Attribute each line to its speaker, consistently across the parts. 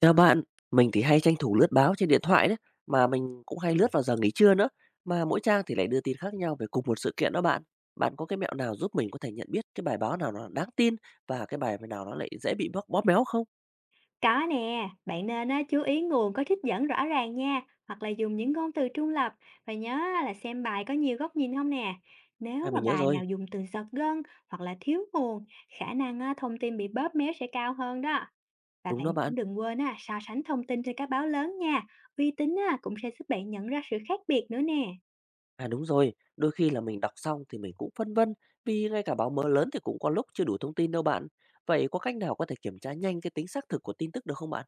Speaker 1: Chào bạn, mình thì hay tranh thủ lướt báo trên điện thoại đấy, mà mình cũng hay lướt vào giờ nghỉ trưa nữa, mà mỗi trang thì lại đưa tin khác nhau về cùng một sự kiện đó bạn. Bạn có cái mẹo nào giúp mình có thể nhận biết cái bài báo nào nó đáng tin và cái bài nào nó lại dễ bị bóp bóp méo không?
Speaker 2: Có nè, bạn nên chú ý nguồn có trích dẫn rõ ràng nha, hoặc là dùng những ngôn từ trung lập và nhớ là xem bài có nhiều góc nhìn không nè. Nếu
Speaker 1: À,
Speaker 2: mà
Speaker 1: mình nhớ
Speaker 2: bài
Speaker 1: rồi,
Speaker 2: nào dùng từ giật gân hoặc là thiếu nguồn, khả năng thông tin bị bóp méo sẽ cao hơn đó. Và
Speaker 1: đúng
Speaker 2: bạn
Speaker 1: đó
Speaker 2: cũng
Speaker 1: bạn.
Speaker 2: đừng quên so sánh thông tin trên các báo lớn nha, uy tín cũng sẽ giúp bạn nhận ra sự khác biệt nữa nè.
Speaker 1: À, đúng rồi, đôi khi là mình đọc xong thì mình cũng phân vân vì ngay cả báo mới lớn thì cũng có lúc chưa đủ thông tin đâu bạn. Vậy có cách nào có thể kiểm tra nhanh cái tính xác thực của tin tức được không bạn?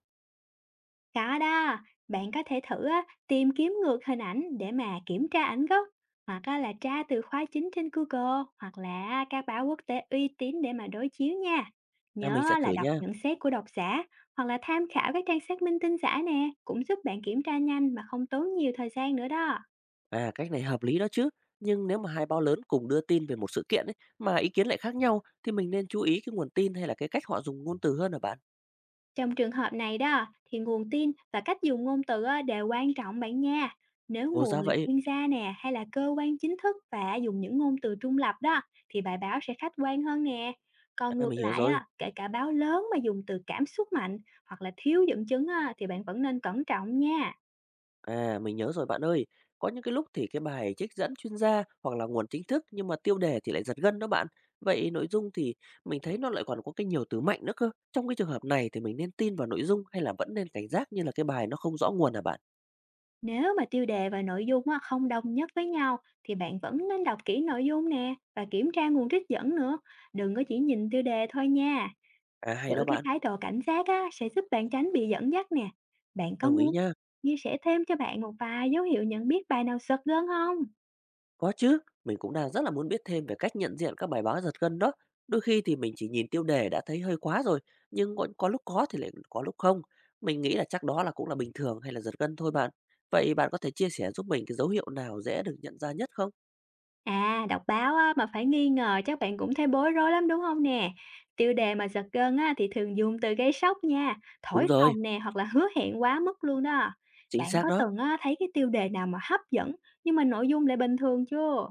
Speaker 2: Có đó, bạn có thể thử tìm kiếm ngược hình ảnh để mà kiểm tra ảnh gốc hoặc là tra từ khóa chính trên Google hoặc là các báo quốc tế uy tín để mà đối chiếu nha.
Speaker 1: À, mình sẽ
Speaker 2: Nhớ là
Speaker 1: thử
Speaker 2: đọc
Speaker 1: nha.
Speaker 2: nhận xét của độc giả hoặc là tham khảo các trang xác minh tin giả nè cũng giúp bạn kiểm tra nhanh mà không tốn nhiều thời gian nữa đó.
Speaker 1: À, cách này hợp lý đó chứ. Nhưng nếu mà hai báo lớn cùng đưa tin về một sự kiện ấy, mà ý kiến lại khác nhau thì mình nên chú ý cái nguồn tin hay là cái cách họ dùng ngôn từ hơn hả bạn?
Speaker 2: Trong trường hợp này đó thì nguồn tin và cách dùng ngôn từ đều quan trọng bạn nha. Nếu
Speaker 1: Ồ,
Speaker 2: nguồn
Speaker 1: ra
Speaker 2: là
Speaker 1: vậy.
Speaker 2: chuyên gia nè hay là cơ quan chính thức và dùng những ngôn từ trung lập đó thì bài báo sẽ khách quan hơn nè. Còn
Speaker 1: À,
Speaker 2: ngược
Speaker 1: mình hiểu
Speaker 2: lại
Speaker 1: rồi.
Speaker 2: kể cả báo lớn mà dùng từ cảm xúc mạnh hoặc là thiếu dẫn chứng thì bạn vẫn nên cẩn trọng nha.
Speaker 1: À, mình nhớ rồi bạn ơi. Có những cái lúc thì cái bài trích dẫn chuyên gia hoặc là nguồn chính thức nhưng mà tiêu đề thì lại giật gân đó bạn. Vậy nội dung thì mình thấy nó lại còn có cái nhiều từ mạnh nữa cơ. Trong cái trường hợp này thì mình nên tin vào nội dung hay là vẫn nên cảnh giác như là cái bài nó không rõ nguồn hả bạn?
Speaker 2: Nếu mà tiêu đề và nội dung không đồng nhất với nhau thì bạn vẫn nên đọc kỹ nội dung nè và kiểm tra nguồn trích dẫn nữa. Đừng có chỉ nhìn tiêu đề thôi nha.
Speaker 1: À, hay
Speaker 2: Giữ
Speaker 1: đó
Speaker 2: cái
Speaker 1: bạn.
Speaker 2: thái độ cảnh giác sẽ giúp bạn tránh bị dẫn dắt nè. Bạn có
Speaker 1: Đồng ý
Speaker 2: muốn
Speaker 1: nhá.
Speaker 2: chia sẻ thêm cho bạn một vài dấu hiệu nhận biết bài nào sực gân không?
Speaker 1: Có chứ, mình cũng đang rất là muốn biết thêm về cách nhận diện các bài báo giật gân đó. Đôi khi thì mình chỉ nhìn tiêu đề đã thấy hơi quá rồi, nhưng có lúc có thì lại có lúc không. Mình nghĩ là chắc đó là cũng là bình thường hay là giật gân thôi bạn. Vậy bạn có thể chia sẻ giúp mình cái dấu hiệu nào dễ được nhận ra nhất không?
Speaker 2: Đọc báo mà phải nghi ngờ chắc bạn cũng thấy bối rối lắm, đúng không nè? Tiêu đề mà giật gân thì thường dùng từ gây sốc nha, thổi
Speaker 1: Đúng rồi,
Speaker 2: phồng nè, hoặc là hứa hẹn quá mức luôn đó.
Speaker 1: chính
Speaker 2: Bạn
Speaker 1: xác
Speaker 2: có
Speaker 1: đó.
Speaker 2: từng thấy cái tiêu đề nào mà hấp dẫn nhưng mà nội dung lại bình thường chưa?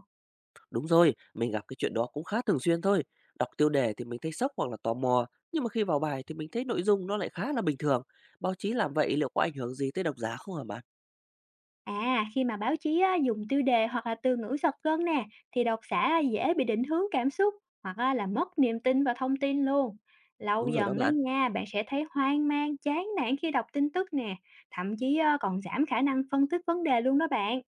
Speaker 1: Đúng rồi, mình gặp cái chuyện đó cũng khá thường xuyên thôi. Đọc tiêu đề thì mình thấy sốc hoặc là tò mò, nhưng mà khi vào bài thì mình thấy nội dung nó lại khá là bình thường. Báo chí làm vậy liệu có ảnh hưởng gì tới độc giả không hả bạn?
Speaker 2: Khi mà báo chí dùng tiêu đề hoặc là từ ngữ giật gân nè, thì độc giả dễ bị định hướng cảm xúc hoặc là mất niềm tin vào thông tin luôn. Lâu
Speaker 1: Đúng rồi đó
Speaker 2: dần đó
Speaker 1: bạn.
Speaker 2: nha, bạn sẽ thấy hoang mang, chán nản khi đọc tin tức nè, thậm chí còn giảm khả năng phân tích vấn đề luôn đó bạn.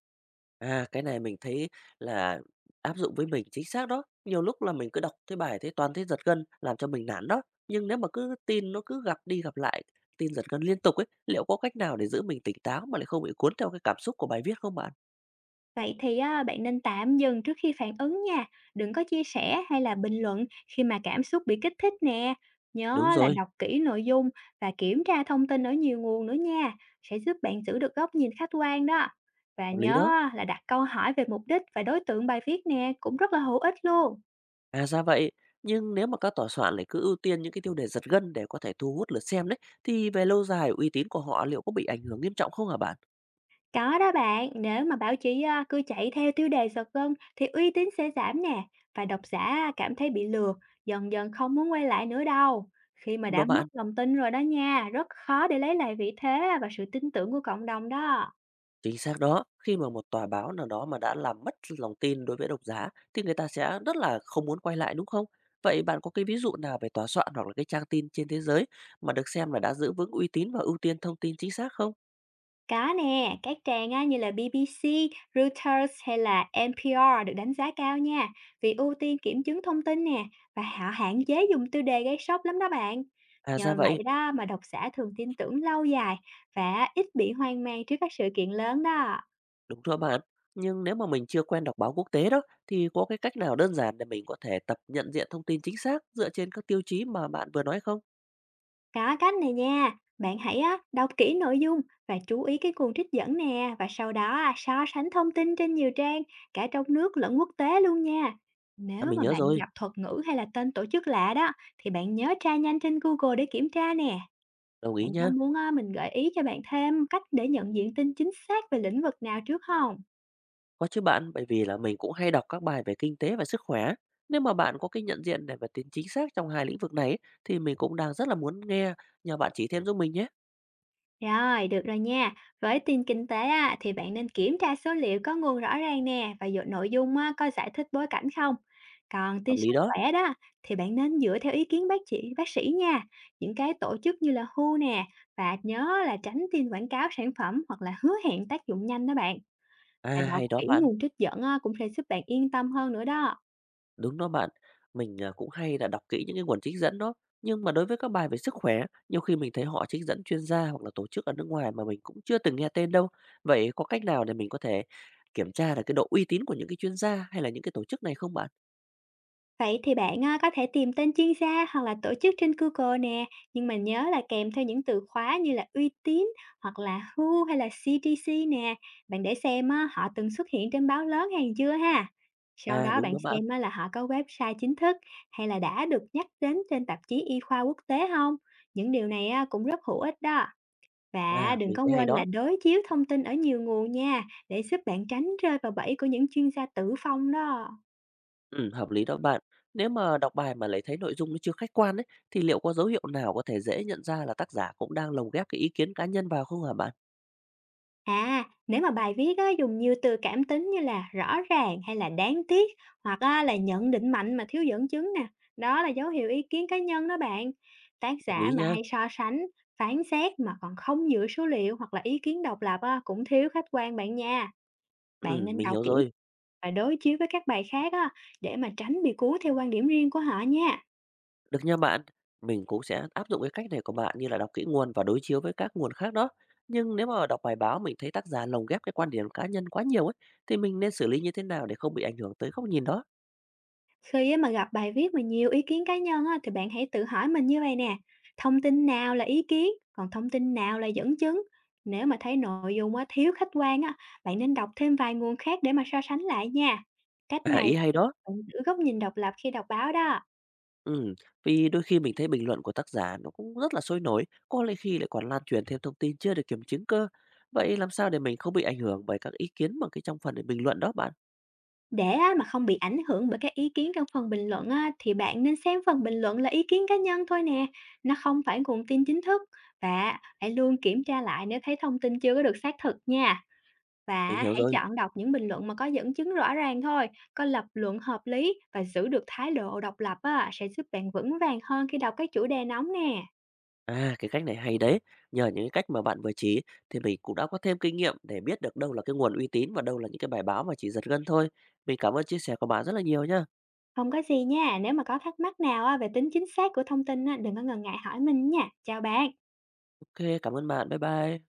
Speaker 1: À, cái này mình thấy là áp dụng với mình chính xác đó. Nhiều lúc là mình cứ đọc cái bài thấy toàn thấy giật gân, làm cho mình nản đó. Nhưng nếu mà cứ tin nó cứ gặp đi gặp lại, tin giật gân liên tục ấy, liệu có cách nào để giữ mình tỉnh táo mà lại không bị cuốn theo cái cảm xúc của bài viết không bạn?
Speaker 2: Vậy thì bạn nên tạm dừng trước khi phản ứng nha, đừng có chia sẻ hay là bình luận khi mà cảm xúc bị kích thích nè.
Speaker 1: Đúng
Speaker 2: Nhớ là
Speaker 1: rồi,
Speaker 2: đọc kỹ nội dung và kiểm tra thông tin ở nhiều nguồn nữa nha, sẽ giúp bạn giữ được góc nhìn khách quan đó. Và
Speaker 1: hợp lý
Speaker 2: nhớ
Speaker 1: đó.
Speaker 2: là đặt câu hỏi về mục đích và đối tượng bài viết nè, cũng rất là hữu ích luôn.
Speaker 1: À, ra vậy, nhưng nếu mà các tòa soạn lại cứ ưu tiên những cái tiêu đề giật gân để có thể thu hút lượt xem đấy, thì về lâu dài uy tín của họ liệu có bị ảnh hưởng nghiêm trọng không hả bạn?
Speaker 2: Có đó bạn, nếu mà báo chí cứ chạy theo tiêu đề giật gân thì uy tín sẽ giảm nè và độc giả cảm thấy bị lừa, dần dần không muốn quay lại nữa đâu. Khi mà
Speaker 1: Đúng
Speaker 2: đã
Speaker 1: đó
Speaker 2: mất
Speaker 1: bạn.
Speaker 2: lòng tin rồi đó nha, rất khó để lấy lại vị thế và sự tin tưởng của cộng đồng đó.
Speaker 1: Chính xác đó, khi mà một tòa báo nào đó mà đã làm mất lòng tin đối với độc giả thì người ta sẽ rất là không muốn quay lại đúng không? Vậy bạn có cái ví dụ nào về tòa soạn hoặc là cái trang tin trên thế giới mà được xem là đã giữ vững uy tín và ưu tiên thông tin chính xác không?
Speaker 2: Có nè, các trang như là BBC, Reuters hay là NPR được đánh giá cao nha, vì ưu tiên kiểm chứng thông tin nè và họ hạn chế dùng tiêu đề gây sốc lắm đó bạn.
Speaker 1: À, ra
Speaker 2: Nhờ vậy
Speaker 1: vậy,
Speaker 2: đó mà độc giả thường tin tưởng lâu dài và ít bị hoang mang trước các sự kiện lớn đó.
Speaker 1: đúng rồi bạn. Nhưng nếu mà mình chưa quen đọc báo quốc tế đó thì có cái cách nào đơn giản để mình có thể tập nhận diện thông tin chính xác dựa trên các tiêu chí mà bạn vừa nói không?
Speaker 2: Có cách này nha, bạn hãy đọc kỹ nội dung và chú ý cái nguồn trích dẫn nè và sau đó so sánh thông tin trên nhiều trang, cả trong nước lẫn quốc tế luôn nha.
Speaker 1: À,
Speaker 2: Nếu
Speaker 1: mình
Speaker 2: mà
Speaker 1: nhớ
Speaker 2: bạn
Speaker 1: rồi,
Speaker 2: gặp thuật ngữ hay là tên tổ chức lạ đó thì bạn nhớ tra nhanh trên Google để kiểm tra nè.
Speaker 1: đồng ý
Speaker 2: Bạn có
Speaker 1: nhá.
Speaker 2: muốn mình gợi ý cho bạn thêm cách để nhận diện tin chính xác về lĩnh vực nào trước không?
Speaker 1: Có chứ bạn, bởi vì là mình cũng hay đọc các bài về kinh tế và sức khỏe. Nếu mà bạn có cái nhận diện để mà tính chính xác trong hai lĩnh vực này ấy, thì mình cũng đang rất là muốn nghe nhờ bạn chỉ thêm giúp mình nhé.
Speaker 2: Rồi, được rồi nha. Với tin kinh tế thì bạn nên kiểm tra số liệu có nguồn rõ ràng nè và dựa nội dung có giải thích bối cảnh không. Còn
Speaker 1: Hợp
Speaker 2: tin
Speaker 1: lý
Speaker 2: sức
Speaker 1: đó.
Speaker 2: khỏe đó thì bạn nên dựa theo ý kiến bác sĩ nha. Những cái tổ chức như là WHO nè và nhớ là tránh tin quảng cáo sản phẩm hoặc là hứa hẹn tác dụng nhanh đó bạn.
Speaker 1: À
Speaker 2: Và đọc
Speaker 1: hay đó
Speaker 2: kỹ
Speaker 1: bạn,
Speaker 2: nguồn trích dẫn cũng sẽ giúp bạn yên tâm hơn nữa đó.
Speaker 1: đúng đó bạn. Mình à, cũng hay là đọc kỹ những cái nguồn trích dẫn đó. Nhưng mà đối với các bài về sức khỏe, nhiều khi mình thấy họ trích dẫn chuyên gia hoặc là tổ chức ở nước ngoài mà mình cũng chưa từng nghe tên đâu. Vậy có cách nào để mình có thể kiểm tra là cái độ uy tín của những cái chuyên gia hay là những cái tổ chức này không bạn?
Speaker 2: Vậy thì bạn có thể tìm tên chuyên gia hoặc là tổ chức trên Google nè, nhưng mà nhớ là kèm theo những từ khóa như là uy tín hoặc là WHO hay là CDC nè. Bạn để xem họ từng xuất hiện trên báo lớn hay chưa ha. Sau
Speaker 1: À,
Speaker 2: đó
Speaker 1: đúng
Speaker 2: bạn
Speaker 1: đó bạn.
Speaker 2: xem là họ có website chính thức hay là đã được nhắc đến trên tạp chí y khoa quốc tế không. Những điều này cũng rất hữu ích đó. Và
Speaker 1: À,
Speaker 2: đừng
Speaker 1: mình
Speaker 2: có
Speaker 1: thấy hay
Speaker 2: quên là
Speaker 1: đó.
Speaker 2: đối chiếu thông tin ở nhiều nguồn nha, để giúp bạn tránh rơi vào bẫy của những chuyên gia tự phong đó.
Speaker 1: Hợp lý đó bạn. Nếu mà đọc bài mà lại thấy nội dung nó chưa khách quan ấy, thì liệu có dấu hiệu nào có thể dễ nhận ra là tác giả cũng đang lồng ghép cái ý kiến cá nhân vào không hả bạn?
Speaker 2: Nếu mà bài viết dùng nhiều từ cảm tính như là rõ ràng hay là đáng tiếc hoặc là nhận định mạnh mà thiếu dẫn chứng nè, đó là dấu hiệu ý kiến cá nhân đó bạn. Tác
Speaker 1: Đồng
Speaker 2: giả
Speaker 1: ý
Speaker 2: mà
Speaker 1: nhá.
Speaker 2: hay so sánh, phán xét mà còn không dựa số liệu hoặc là ý kiến độc lập cũng thiếu khách quan bạn nha. Bạn nên
Speaker 1: Mình
Speaker 2: đọc
Speaker 1: hiểu
Speaker 2: kỹ
Speaker 1: rồi.
Speaker 2: và đối chiếu với các bài khác để mà tránh bị cuốn theo quan điểm riêng của họ nha.
Speaker 1: Được nha bạn. Mình cũng sẽ áp dụng cái cách này của bạn như là đọc kỹ nguồn và đối chiếu với các nguồn khác đó. Nhưng nếu mà đọc bài báo mình thấy tác giả lồng ghép cái quan điểm cá nhân quá nhiều ấy, thì mình nên xử lý như thế nào để không bị ảnh hưởng tới góc nhìn đó?
Speaker 2: Khi mà gặp bài viết mà nhiều ý kiến cá nhân thì bạn hãy tự hỏi mình như vậy nè, thông tin nào là ý kiến, còn thông tin nào là dẫn chứng? Nếu mà thấy nội dung thiếu khách quan bạn nên đọc thêm vài nguồn khác để mà so sánh lại nha. Cách
Speaker 1: À,
Speaker 2: này
Speaker 1: ý hay đó.
Speaker 2: bạn giữ góc nhìn độc lập khi đọc báo đó.
Speaker 1: Ừ, vì đôi khi mình thấy bình luận của tác giả nó cũng rất là sôi nổi, có lẽ khi lại còn lan truyền thêm thông tin chưa được kiểm chứng cơ. Vậy làm sao để mình không bị ảnh hưởng bởi các ý kiến mà cái trong phần bình luận đó bạn?
Speaker 2: Để mà không bị ảnh hưởng bởi các ý kiến trong phần bình luận thì bạn nên xem phần bình luận là ý kiến cá nhân thôi nè, nó không phải nguồn tin chính thức. Và hãy luôn kiểm tra lại nếu thấy thông tin chưa có được xác thực nha.
Speaker 1: Mình
Speaker 2: Và
Speaker 1: hiểu
Speaker 2: hãy
Speaker 1: rồi.
Speaker 2: chọn đọc những bình luận mà có dẫn chứng rõ ràng thôi, có lập luận hợp lý và giữ được thái độ độc lập sẽ giúp bạn vững vàng hơn khi đọc các chủ đề nóng nè.
Speaker 1: À, cái cách này hay đấy. Nhờ những cái cách mà bạn vừa chỉ thì mình cũng đã có thêm kinh nghiệm để biết được đâu là cái nguồn uy tín và đâu là những cái bài báo mà chỉ giật gân thôi. Mình cảm ơn chia sẻ của bạn rất là nhiều nhá.
Speaker 2: Không có gì nha, nếu mà có thắc mắc nào về tính chính xác của thông tin đừng có ngần ngại hỏi mình nha. Chào bạn.
Speaker 1: OK, cảm ơn bạn. Bye bye.